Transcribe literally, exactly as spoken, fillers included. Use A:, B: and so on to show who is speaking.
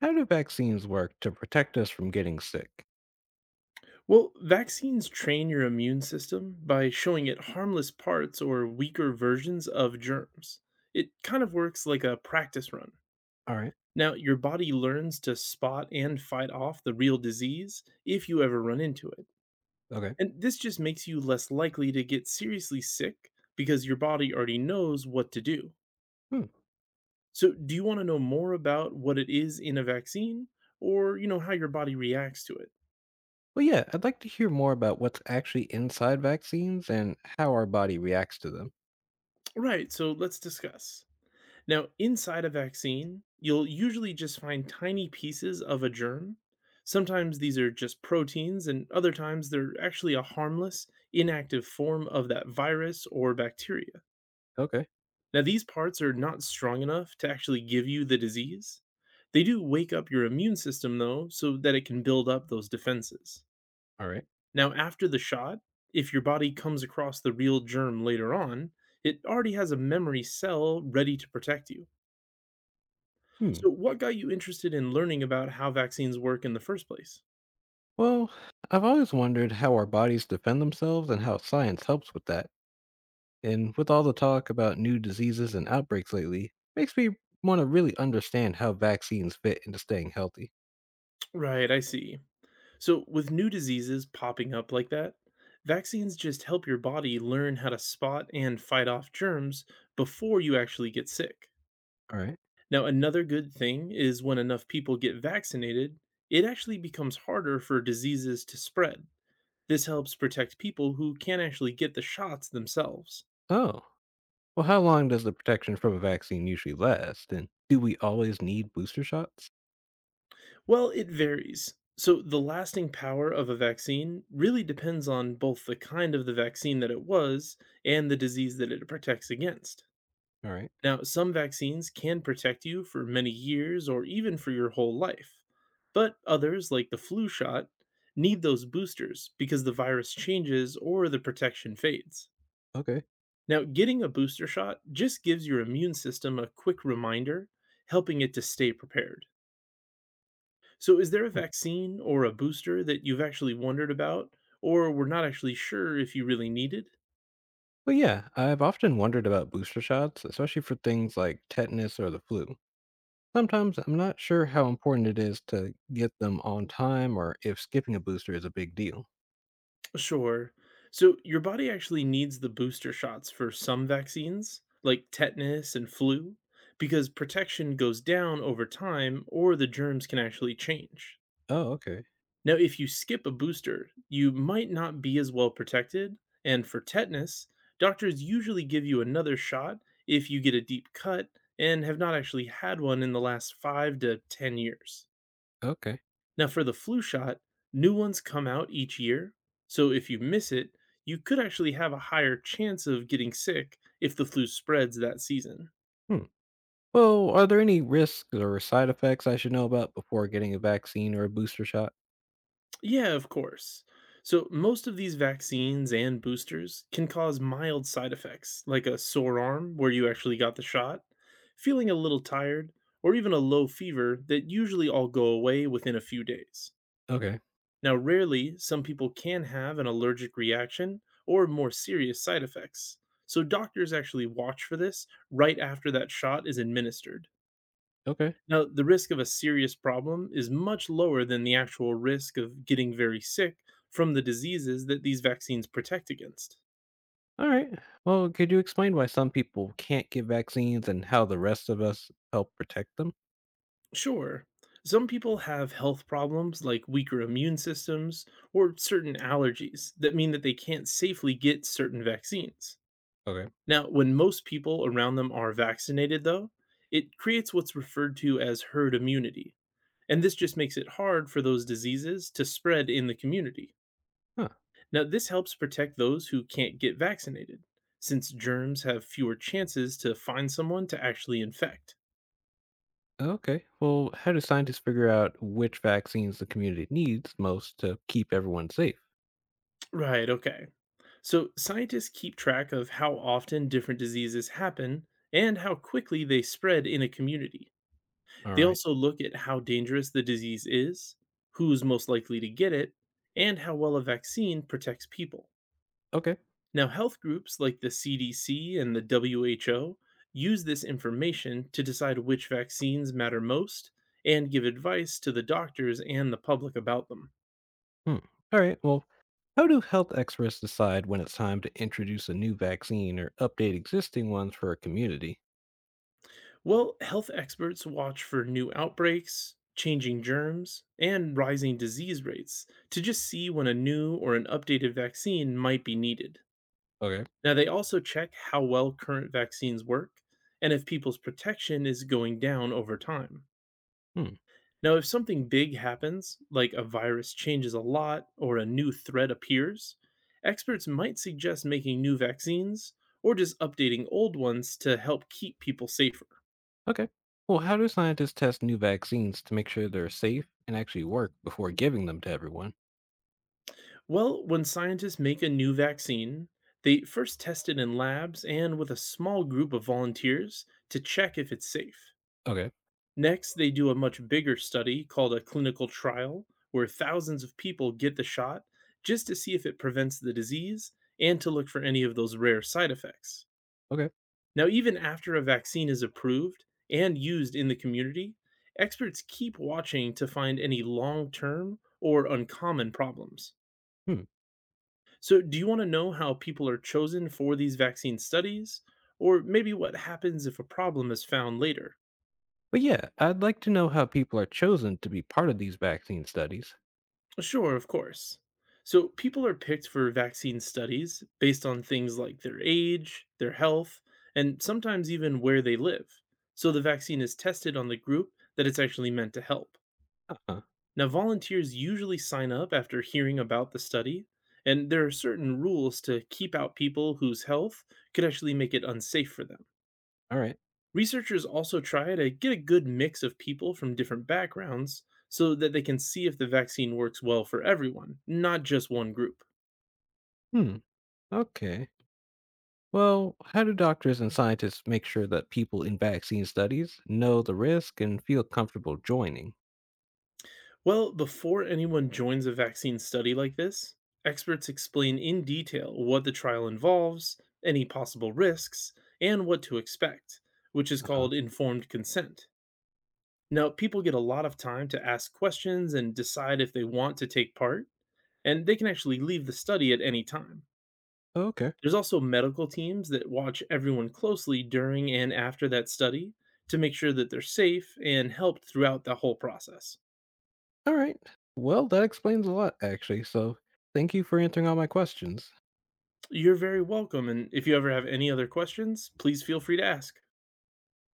A: How do vaccines work to protect us from getting sick?
B: Well, vaccines train your immune system by showing it harmless parts or weaker versions of germs. It kind of works like a practice run.
A: All right.
B: Now, your body learns to spot and fight off the real disease if you ever run into it.
A: Okay.
B: And this just makes you less likely to get seriously sick because your body already knows what to do.
A: Hmm.
B: So, do you want to know more about what it is in a vaccine or, you know, how your body reacts to it?
A: Well, yeah, I'd like to hear more about what's actually inside vaccines and how our body reacts to them.
B: Right, so let's discuss. Now, inside a vaccine, you'll usually just find tiny pieces of a germ. Sometimes these are just proteins, and other times they're actually a harmless, inactive form of that virus or bacteria.
A: Okay.
B: Now, these parts are not strong enough to actually give you the disease. They do wake up your immune system, though, so that it can build up those defenses.
A: All right.
B: Now, after the shot, if your body comes across the real germ later on, it already has a memory cell ready to protect you.
A: Hmm.
B: So, what got you interested in learning about how vaccines work in the first place?
A: Well, I've always wondered how our bodies defend themselves and how science helps with that. And with all the talk about new diseases and outbreaks lately, makes me want to really understand how vaccines fit into staying healthy.
B: Right, I see. So, with new diseases popping up like that, vaccines just help your body learn how to spot and fight off germs before you actually get sick.
A: All right.
B: Now, another good thing is when enough people get vaccinated, it actually becomes harder for diseases to spread. This helps protect people who can't actually get the shots themselves.
A: Oh, well, how long does the protection from a vaccine usually last? And do we always need booster shots?
B: Well, it varies. So, the lasting power of a vaccine really depends on both the kind of the vaccine that it was and the disease that it protects against.
A: All right.
B: Now, some vaccines can protect you for many years or even for your whole life, but others, like the flu shot, need those boosters because the virus changes or the protection fades.
A: Okay.
B: Now, getting a booster shot just gives your immune system a quick reminder, helping it to stay prepared. So, is there a
A: Hmm.
B: vaccine or a booster that you've actually wondered about, or were not actually sure if you really needed?
A: Well, yeah, I've often wondered about booster shots, especially for things like tetanus or the flu. Sometimes I'm not sure how important it is to get them on time or if skipping a booster is a big deal.
B: Sure. So, your body actually needs the booster shots for some vaccines, like tetanus and flu, because protection goes down over time or the germs can actually change.
A: Oh, okay.
B: Now, if you skip a booster, you might not be as well protected. And for tetanus, doctors usually give you another shot if you get a deep cut and have not actually had one in the last five to ten years.
A: Okay.
B: Now, for the flu shot, new ones come out each year. So if you miss it, you could actually have a higher chance of getting sick if the flu spreads that season.
A: Hmm. Well, are there any risks or side effects I should know about before getting a vaccine or a booster shot?
B: Yeah, of course. So, most of these vaccines and boosters can cause mild side effects, like a sore arm where you actually got the shot, feeling a little tired, or even a low fever that usually all go away within a few days.
A: Okay.
B: Now, rarely, some people can have an allergic reaction or more serious side effects. So, doctors actually watch for this right after that shot is administered.
A: Okay.
B: Now, the risk of a serious problem is much lower than the actual risk of getting very sick from the diseases that these vaccines protect against.
A: All right. Well, could you explain why some people can't get vaccines and how the rest of us help protect them?
B: Sure, some people have health problems like weaker immune systems or certain allergies that mean that they can't safely get certain vaccines.
A: Okay.
B: Now, when most people around them are vaccinated, though, it creates what's referred to as herd immunity. And this just makes it hard for those diseases to spread in the community. Now, this helps protect those who can't get vaccinated, since germs have fewer chances to find someone to actually infect.
A: Okay. Well, how do scientists figure out which vaccines the community needs most to keep everyone safe?
B: Right, okay. So, scientists keep track of how often different diseases happen and how quickly they spread in a community.
A: All
B: They
A: right.
B: also look at how dangerous the disease is, who's most likely to get it, and how well a vaccine protects people.
A: Okay.
B: Now, health groups like the C D C and the W H O use this information to decide which vaccines matter most and give advice to the doctors and the public about them.
A: Hmm. All right. Well, how do health experts decide when it's time to introduce a new vaccine or update existing ones for a community?
B: Well, health experts watch for new outbreaks, changing germs, and rising disease rates to just see when a new or an updated vaccine might be needed.
A: Okay.
B: Now, they also check how well current vaccines work and if people's protection is going down over time.
A: Hmm.
B: Now, if something big happens, like a virus changes a lot or a new threat appears, experts might suggest making new vaccines or just updating old ones to help keep people safer.
A: Okay. Well, how do scientists test new vaccines to make sure they're safe and actually work before giving them to everyone?
B: Well, when scientists make a new vaccine, they first test it in labs and with a small group of volunteers to check if it's safe.
A: Okay.
B: Next, they do a much bigger study called a clinical trial, where thousands of people get the shot just to see if it prevents the disease and to look for any of those rare side effects.
A: Okay.
B: Now, even after a vaccine is approved and used in the community, experts keep watching to find any long term or uncommon problems.
A: Hmm.
B: So, do you want to know how people are chosen for these vaccine studies? Or maybe what happens if a problem is found later?
A: But yeah, I'd like to know how people are chosen to be part of these vaccine studies.
B: Well, Sure, of course. So people are picked for vaccine studies based on things like their age, their health, and sometimes even where they live. So the vaccine is tested on the group that it's actually meant to help.
A: Uh-huh.
B: Now, volunteers usually sign up after hearing about the study, and there are certain rules to keep out people whose health could actually make it unsafe for them.
A: All right.
B: Researchers also try to get a good mix of people from different backgrounds so that they can see if the vaccine works well for everyone, not just one group.
A: Hmm. Okay. Well, how do doctors and scientists make sure that people in vaccine studies know the risk and feel comfortable joining?
B: Well, before anyone joins a vaccine study like this, experts explain in detail what the trial involves, any possible risks, and what to expect, which is
A: Uh huh.
B: called informed consent. Now, people get a lot of time to ask questions and decide if they want to take part, and they can actually leave the study at any time.
A: Okay.
B: There's also medical teams that watch everyone closely during and after that study to make sure that they're safe and helped throughout the whole process.
A: All right. Well, that explains a lot, actually. So thank you for answering all my questions.
B: You're very welcome, and if you ever have any other questions, please feel free to ask.